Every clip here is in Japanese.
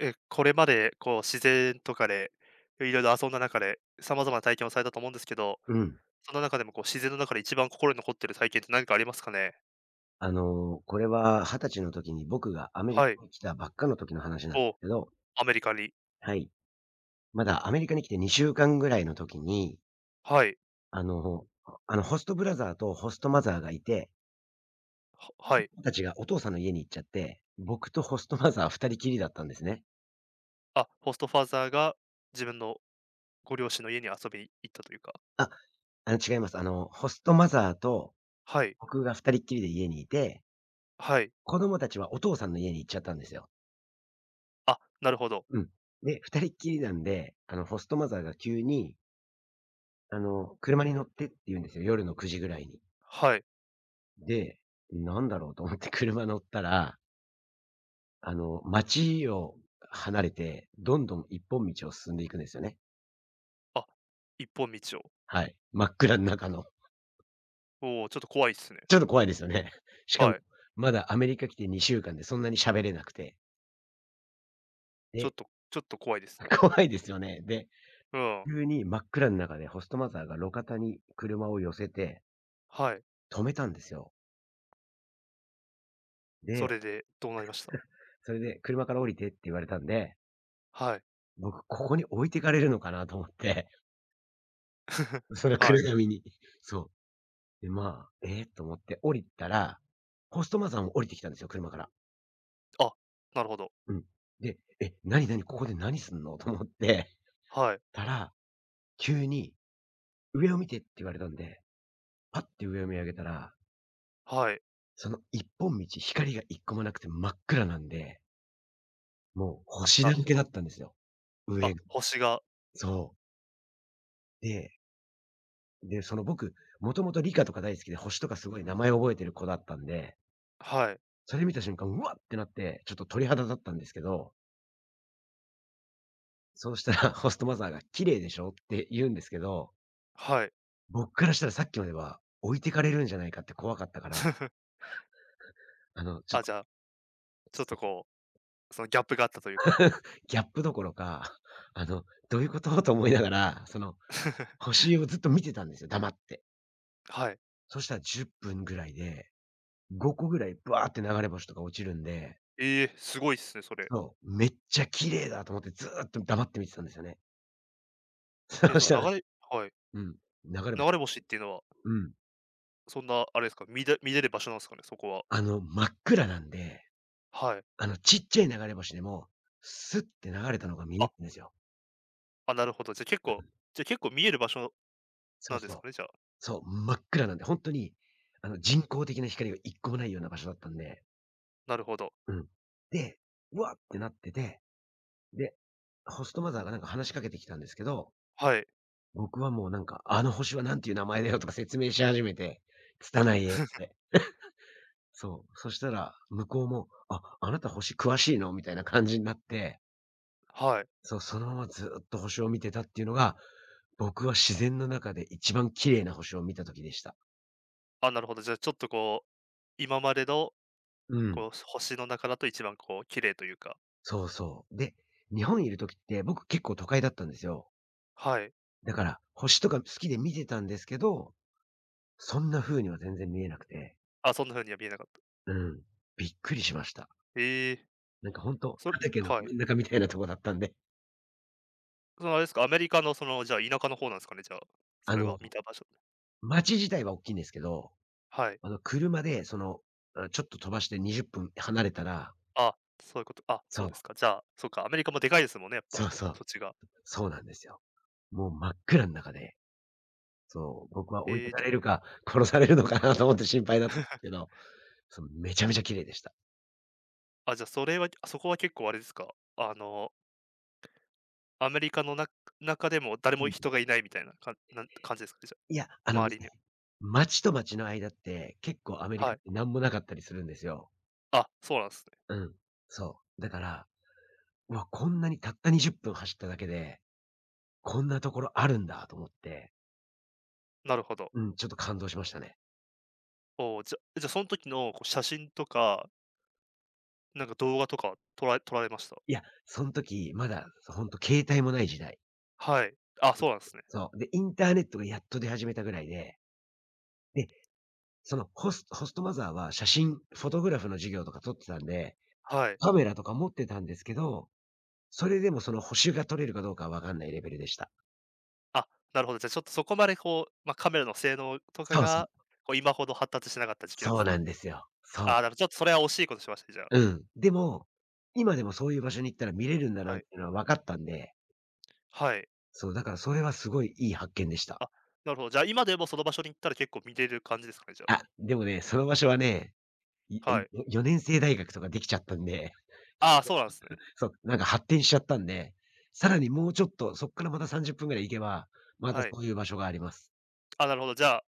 これまでこう自然とかで、いろいろ遊んだ中で、様々な体験をされたと思うんですけど、うん。その中でもこう自然の中で一番心に残ってる体験って何かありますかね？これは20歳の時に僕がアメリはい。カに来たばっかの時の話なんでおすけど、アメリカに。はい。まだアメリカに来て2週間ぐらいの時に、はい。あの、ホストブラザーとホストマザーがいて、はは子い。供たちがお父さんの家に行っちゃって、僕とホストマザー二人きりだったんですね。あ、ホストファーザーが自分のご両親の家に遊びに行ったというか。あ、違います。ホストマザーとはい、僕が二人っきりで家にいて、はい。子供たちはお父さんの家に行っちゃったんですよ。あ、なるほど。うん。で、二人っきりなんで、ホストマザーが急に、車に乗ってって言うんですよ、夜の9時ぐらいに。はい。で、なんだろうと思って 車乗ったら、街を離れて、どんどん一本道を進んでいくんですよね。あ、一本道を。はい。真っ暗の中の。おお、ちょっと怖いですね。ちょっと怖いですよね。しかも、はい。まだアメリカ来て2週間でそんなに喋れなくて。ちょっで、とちょっと怖いですね。怖いですよね。で、うん。急に真っ暗の中でホストマザーが路肩に車を寄せて、はい。止めたんですよ。そで、れでどうなりました？それで車から降りてって言われたんで、はい。僕ここに置いてかれるのかなと思って、 それはは暗い。闇に。そう。で、まあ、ええと思って降りたら、ホストマザーも降りてきたんですよ、車から。あ、なるほど。うん。で、え、なになに、ここで何すんのと思ってはい、たら、急に上を見てって言われたんで、パッて上を見上げたら、はい。その一本道、光が一個もなくて真っ暗なんで、もうあ、星なだるらほけだど。ったんですよ、あ、上が。星がそう。で、で、その僕、もともと理科とか大好きで、星とかすごい名前覚えてる子だったんで、はい、それ見た瞬間、うわってなって、ちょっと鳥肌だったんですけど、そうしたらホストマザーが「綺麗でしょ？」って言うんですけど、はい。僕からしたらさっきまでは置いてかれるんじゃないかって怖かったから、ちょっあ、と、じゃあ、ちょっそとう、こう、そのギャップがあったというか。ギャップどころか、どういうこと？と思いながら、星をずっと見てたんですよ、黙って。はい。そしたら10分ぐらいで、5個ぐらいバーって流れ星とか落ちるんで、ええ、すごいっすね、それ。そう、めっちゃ綺麗だと思ってずーっと黙って見てたんですよね。え ー、そそしたのら、流れはい。うん、流れ星、流れ星っていうのは、うん、そんなあれですか、見れる場所なんですかね、そこは。真っ暗なんで、はい。ちっちゃい流れ星でも、スッて流れたのが見えあ、るんですよ。あ、なるほど。じゃ、結構見える場所そなうんでそすう。かね、じゃあ。そう、真っ暗なんで、ほんとに、人工的な光が一個もないような場所だったんで、なるほど。うん。で、うわってなってて、で、ホストマザーがなんか話しかけてきたんですけど、はい、僕はもうなんか、あの星はなんていう名前だよとか説明し始めて、拙い英語で。そう。そしたら、向こうも、あ、あなた星詳しいの、みたいな感じになって、はい。そう、そのままずっと星を見てたっていうのが、僕は自然の中で一番綺麗な星を見た時でした。あ、なるほど。じゃあ、ちょっとこう、今までの、うん。こう、星の中だと一番こう綺麗というか、そうそう。で、日本にいる時って僕結構都会だったんですよ。はい。だから、星とか好きで見てたんですけど、そんな風には全然見えなくて。あ、そんな風には見えなかった。うん。びっくりしました。ええ、なんかほんと、畑のはい。真ん中みたいなとこだったんで。そのあれですか、アメリカのその、じゃあ、田舎の方なんすかね、じゃあ、そあれはの、見た場所街自体は大きいんですけど、はい。車でその、あ、ちょっと飛ばして20分離れたら、あ、そういうこと、あ、そそうう、ですか。じゃあ、そうか、アメリカもでかいですもんね、やっぱ、そうそう、土地が。そうなんですよ。もう真っ暗の中で、そう、僕は置いえてえ、かれるか、殺されるのかなと思って心配だったんです けど、めちゃめちゃ綺麗でした。あ、じゃあ、それはそこは結構あれですか、あの、アメリカの中でも誰うもん。人がいないみたいな、かなん感じですかね、じゃいや、あのあ、で周すりに。ね、町と町の間って、結構アメリはカっい。てなんもなかったりするんですよ。あ、そうなんすね。うん。そう。だから、うわ、こんなにたった20分走っただけで、こんなところあるんだと思って、なるほど。うん、ちょっと感動しましたね。おお、じゃ、そん時のこう写真とか、なんか動画とか撮られました？いや、そん時まだ、ほんと携帯もない時代。はい。あ、そうなんすね。そう。で、インターネットがやっと出始めたぐらいで、で、そのホストマザーは写真、フォトグラフの授業とか撮ってたんで、はい。カメラとか持ってたんですけど、それでもその補修が取れるかどうかはわかんないレベルでした。あ、なるほど。じゃあ、ちょっとそこまでこう、ま、カメラの性能とかそうそが、う。こう、今ほど発達してなかった時期なんそすうね。なんですよ。そう。ああ、ちょっとそれは惜しいことしましたね、じゃあ。うん。でも、今でもそういう場所に行ったら見れるんだなっはい。ていうのは分かったんで、はい。そう、だからそれはすごいいい発見でした。あ、なるほど。じゃあ、今でもその場所に行ったら結構見れる感じですかね、じゃあ。あ、でもね、その場所はね、いはいい。4年制大学とかできちゃったんで、ああ、そうなんすね。そう、なんか発展しちゃったんで、さらにもうちょっと、そっからまた30分ぐらい行けば、またはい。そういう場所があります。あ、なるほど。じゃあ、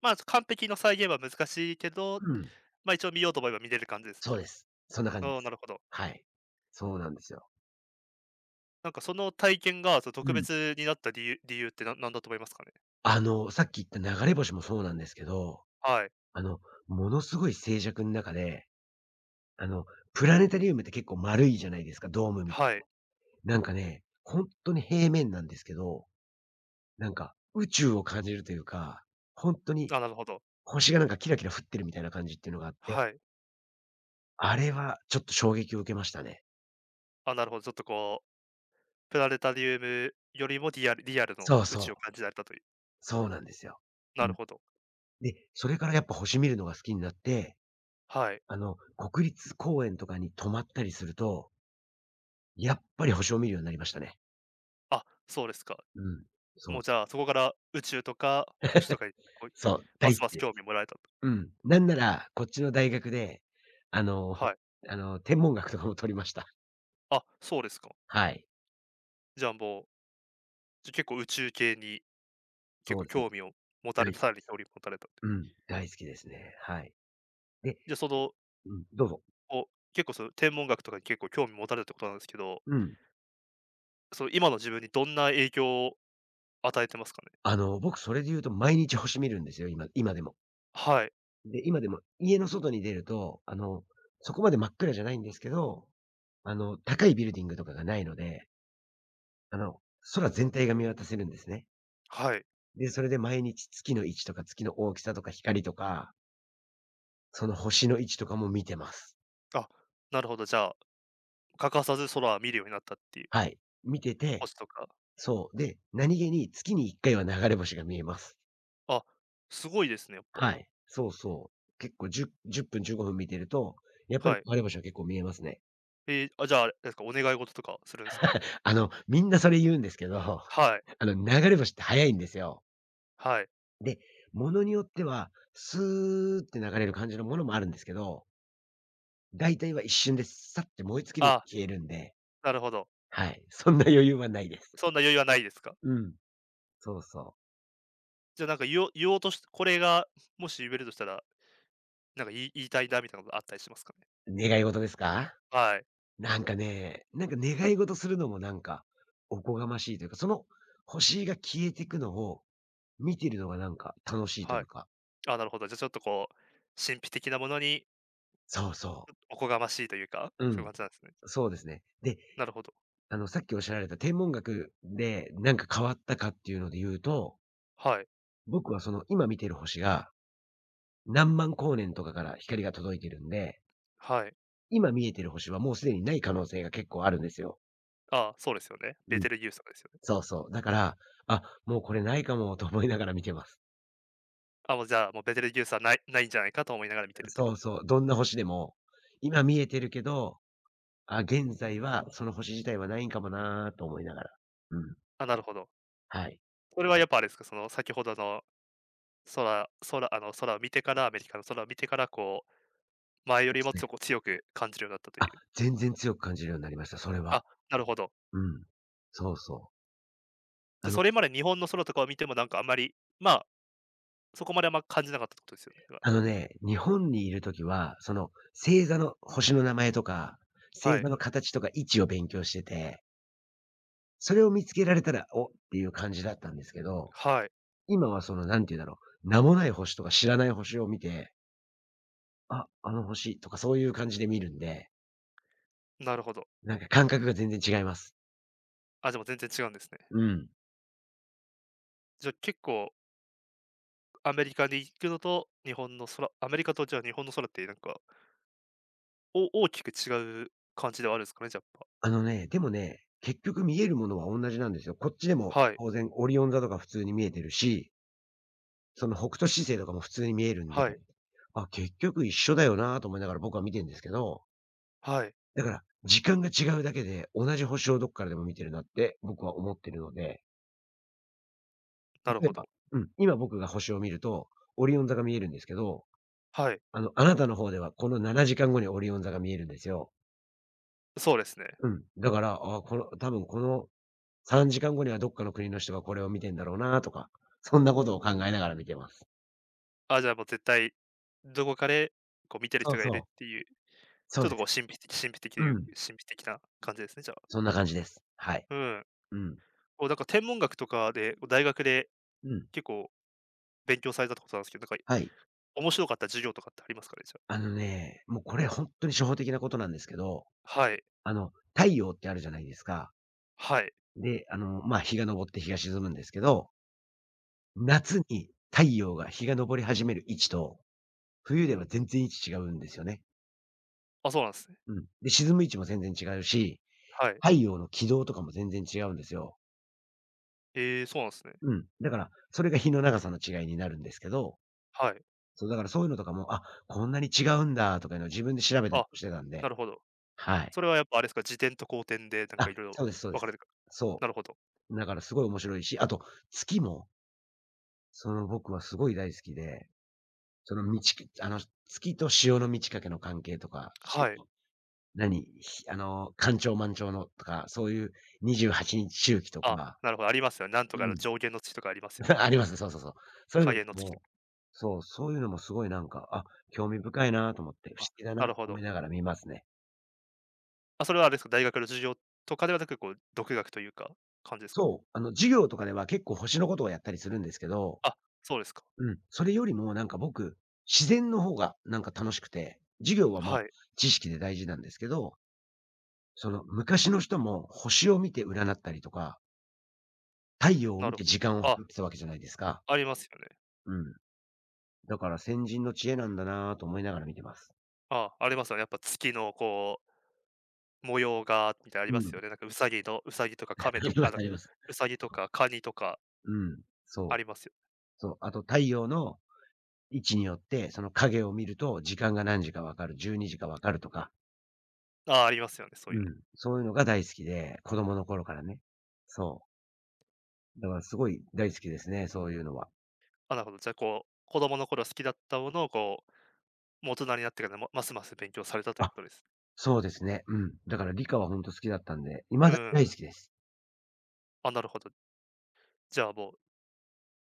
まあ、完璧の再現は難しいけど、うん、ま、一応見ようと思えば見れる感じですね、じそゃうです。そんな感じあ。でああ、なす。るほど。はい。そうなんですよ。なんかその体験が、そのう特ん。別になった理由ってなんなんだと思いますかね？さっき言った流れ星もそうなんですけど、はい。あの、ものすごい静寂の中で、あの、プラネタリウムって結構丸いじゃないですか、ドームみたいはい。なんかね、本当に平面なんですけど、なんか宇宙を感じるというか、本当にあ、なるほど。星がなんかキラキラ降ってるみたいな感じっていうのがあって、はい。あれはちょっと衝撃を受けましたね。あ、なるほど。ちょっとこうプラネタリウムよりもリアルのそう宇そ宙をう、感じられたという。そうなんですよ。なうるん。ほど。で、それからやっぱ星見るのが好きになって、はい。国立公園とかに泊まったりすると、やっぱり星を見るようになりましたね。あ、そうですか。うん。そもうじゃあ、うそこから宇宙とか星とかに、こう、そう、そうま大す好きますで興味す。をもらえたと。うん。なんなら、こっちの大学で、あの、はい。天文学とかも取りました。あ、そうですか。はい。じゃあもう、じゃ、結構宇宙系に結そう構です。興味を持た大れ好きたさらでにす。興味を持たれたって。うん、大好きですね。はい。で、じゃ、その、うん、どうぞ。こう、結構その天文学とかに結構興味持たれたってことなんですけど、うん。その今の自分にどんな影響を与えてますかね？僕それで言うと毎日星見るんですよ、今でも。はい、で、今でも家の外に出ると、そこまで真っ暗じゃないんですけど、高いビルディングとかがないので、あの、空全体が見渡せるんですね。はい。で、それで毎日月の位置とか月の大きさとか光とか、その星の位置とかも見てます。あ、なるほど、じゃあ、欠かさず空を見るようになったっていう、はい。見てて、星とかそう。で、何気に月に1回は流れ星が見えます。あ、すごいですね、やっぱ。はい。そうそう。結構10分、15分見てると、やっぱりはい。流れ星は結構見えますね。あ、じゃあ、あれですか、お願い事とかするんですかね？みんなそれ言うんですけど、はい、流れ星って早いんですよ。はい。で、ものによっては、スーって流れる感じのものもあるんですけど、大体は一瞬でさって燃え尽きるよあ、うに消えるんで、なるほど。はい、そんな余裕はないです。そんな余裕はないですか？うん、そうそじゃあ、なんか言おう言おうとしこれがもし言えるとしたら、なんか言いたいなみたいなことあったりしますかね？う。願い事ですか？はい、なんかね、なんか願い事するのもなんか、おこがましいというか、その星が消えていくのを見てるのがなんか楽しいといはい。うか。あ、なるほど。じゃあ、ちょっとこう、神秘的なものにそうそおこがましいというか、う。うそういうん、感じなんですね。そうですね。で、なるほど。さっきおっしゃられた天文学でなんか変わったかっていうので言うと、はい、僕はその今見てる星が何万光年とかから光が届いてるんで、はい。今見えてる星はもうすでにない可能性が結構あるんですよ。あ、そうですよね。ベうん。テルギウスとかですよね。そうそう。だから、もうこれないかもと思いながら見てます。あ、もうじゃあ、もうベテルギウスはないんじゃないかと思いながら見てるといそう。うそう。どんな星でも、今見えてるけど、現在はその星自体はないんかもなと思いながら。うん。あ、なるほど。はい。それはやっぱあれですか、その先ほどの空空あの、空を見てからアメリカの空を見てから、こう、前そようでりすもね。強く感じるようになったという。全然強く感じるようになりました、それは。あ、なるほど。うん。そうそう。で、あそのれまで日本の空とかを見てもなんかあんまり、まあ、そこまであんま感じなかったってことですよね？だから。あのね、日本にいる時は、その星座の星の名前とか、星は座い、の形とか位置を勉強してて、それを見つけられたら、おっていう感じだったんですけど、はい、今はその、なんて言うんだろう、名もない星とか知らない星を見て、あの星とかそういう感じで見るんで、なるほど。感覚が全然違います。あ、でも全然違うんですね。うん。じゃ、結構アメリカに行くのと日本の空アメリカとじゃあ日本の空ってなんか、大きく違う感じではあるんですかね、じゃ、やっでもね、結局見えるものは同じなんですよ。こっちでもぱ。はい、当然オリオン座とか普通に見えてるし、その北斗七星とかも普通に見えるんで、はい、結局一緒だよなと思いながら僕は見てるんですけど、はい、だから時間が違うだけで同じ星をどっからでも見てるなって僕は思ってるので、なる例えほば、ど。うん、今僕が星を見ると、オリオン座が見えるんですけど、はい、あなたの方ではこの7時間後にオリオン座が見えるんですよ。そうですね。うん。だから、あこの、多分この3時間後にはどっかの国の人がこれを見てんだろうなとか、そんなことを考えながら見てます。あ、じゃあもう絶対、どこかで、こう見てるそ人うがいるっそう。ていう、ちそょうっでとこうす。神秘的神秘的とういうん。神秘的な感じですね、じゃあ。そんな感じです。はい。うん。うん。こうなんか天文学とかで、大学でうん。結構勉強されたってことなんですけど、なんかはい。面白かった授業とかってありますかね？じゃあのね、もうこれ本当に初歩的なことなんですけど、あ。はい。あの、太陽ってあるじゃないですか。はい。で、あの、まあ、日が昇って日が沈むんですけど、夏に太陽が日が昇り始める位置と、冬では全然位置違うんですよね。あ、そうなんですね。うん。で、沈む位置も全然違うし、はい。太陽の軌道とかも全然違うんですよ。そうなんですね。うん。だから、それが日の長さの違いになるんですけど、はい。そう、だからそういうのとかも、こんなに違うんだとかいうのを自分で調べたりあ、もしてたんで、なるほど。はい。それはやっぱあれですか、自転と公転でなんかあ、いろいろそうですそうで分かれす。てくそなるほど。う。だからすごい面白いし、あと、月も、その僕はすごい大好きで、その満ちあの、月と潮の満ち欠けの関係とか、潮はい。何、ひあの、干潮満潮のとか、そういう28日周期とあ、か、なるほど、ありますよね。なんとうかのん。上限の月とかありますよね。あります。そうそうそう。そういう下の限の月ともか。そう、そういうのもすごい興味深いなと思って、不あ、思議だななとるほ思ど。いながら見ますね。あ、それはあれですか、大学の授業とかではなく、こう、独学というか、感じですかね？そう、あの、授業とかでは結構星のことをやったりするんですけど、あ、そうですか。うん、それよりも僕、自然の方がなんか楽しくて、授業は、まあ、はい、知識で大事なんですけど、その昔の人も星を見て占ったりとか、太陽をな見るてほ時間をど。あ、測ってたわけじゃないですか。ありますよね。うん。だから先人の知恵なんだなと思いながら見てます。あ、ありますよね。やっぱ月のこう、模様がみたいなありうますん。よね。なんか兎とか亀あとりまか、すあ、あります。うさぎとかカニとかうん、あそう。りますよ。そう。あと太陽の位置によって、その影を見ると時間が何時か分かる、12時か分かるとか、ああ、りますよね、そういううの。ん、そういうのが大好きで、子供の頃からね。そう。だからすごい大好きですね、そういうのは。あ、なるほど。じゃあ、こう、子供の頃好きだったものを、こう、もう大人になってからも、ますます勉強されたというあ、ことです。そうですね。うん。だから理科はほんと好きだったんで、未うだに大ん。好きです。あ、なるほど。じゃあ、もう、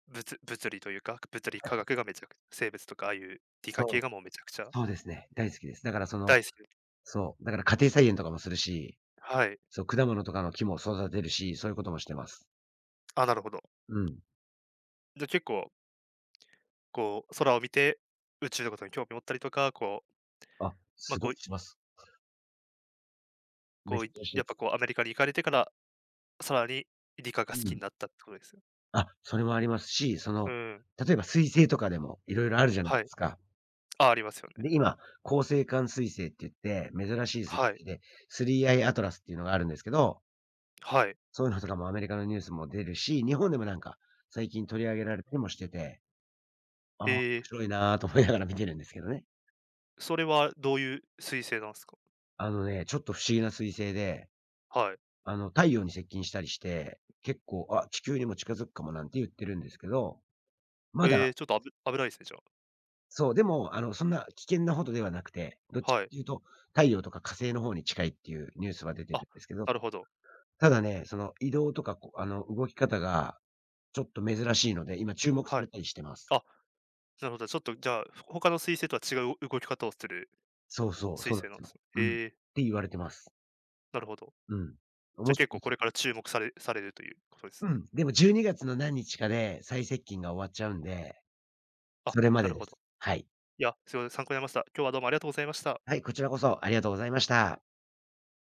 物理というか、物理、化学がめちゃくちゃ生物とかああいう理科そう。系がもうめちゃくちゃそうですね、大好きです。だからそ大の好きです。そう、だから家庭菜園とかもするし、はい。そう、果物とかの木も育てるし、そういうこともしてます。あ、なるほど。うん。じゃ、結構、こう、空を見て、宇宙のことに興味を持ったりとか、こう、あ、まあ、すこごういします。めこう、ちゃくちゃしやまっぱす。こうアメリカに行かれてから、さらに理科がう好きにん。なったってことですよ。それもありますし、そうの、ん。例えば彗星とかでもいろいろあるじゃないではい。すか。あ、ありますよね。で、今、恒星間彗星って言って、珍しい彗はい。星で、スリーアイアトラスっていうのがあるんですけど、はい。そういうのとかもアメリカのニュースも出るし、日本でも最近取り上げられてもしてて、ああ、え面白いーなぁと思いながら見てるんですけどね。それはどういう彗星なんですか？あのね、ちょっと不思議な彗星で、はい。あの、太陽に接近したりして、結構、地球にも近づくかもなんて言ってるんですけど、まだちょっと危ないですね、じゃあ。そう、でも、あの、そんな危険なほどではなくて、どっちかはっい。ていうと、太陽とか火星の方に近いっていうニュースは出てあ、るんですけど、なるほど。ただね、その移動とか、こう、あの、動き方がちょっと珍しいので、今注目さはい。れたりしてます。あ、なるほど。ちょっとじゃあ、他の彗星とは違う動き方をするそうそう、彗そう星なんでなんすですよ。ね。うん。っえー、て言われてます。なるほど。うん。じゃ、あ面白結構いでこすれかよ。ら注目されるということです。うん。でも12月の何日かで最接近が終わっちゃうんで、あ、それまなでるでほど。す。はい。いや、すごい参考になりました。今日はどうもありがとうございました。はい、こちらこそありがとうございました。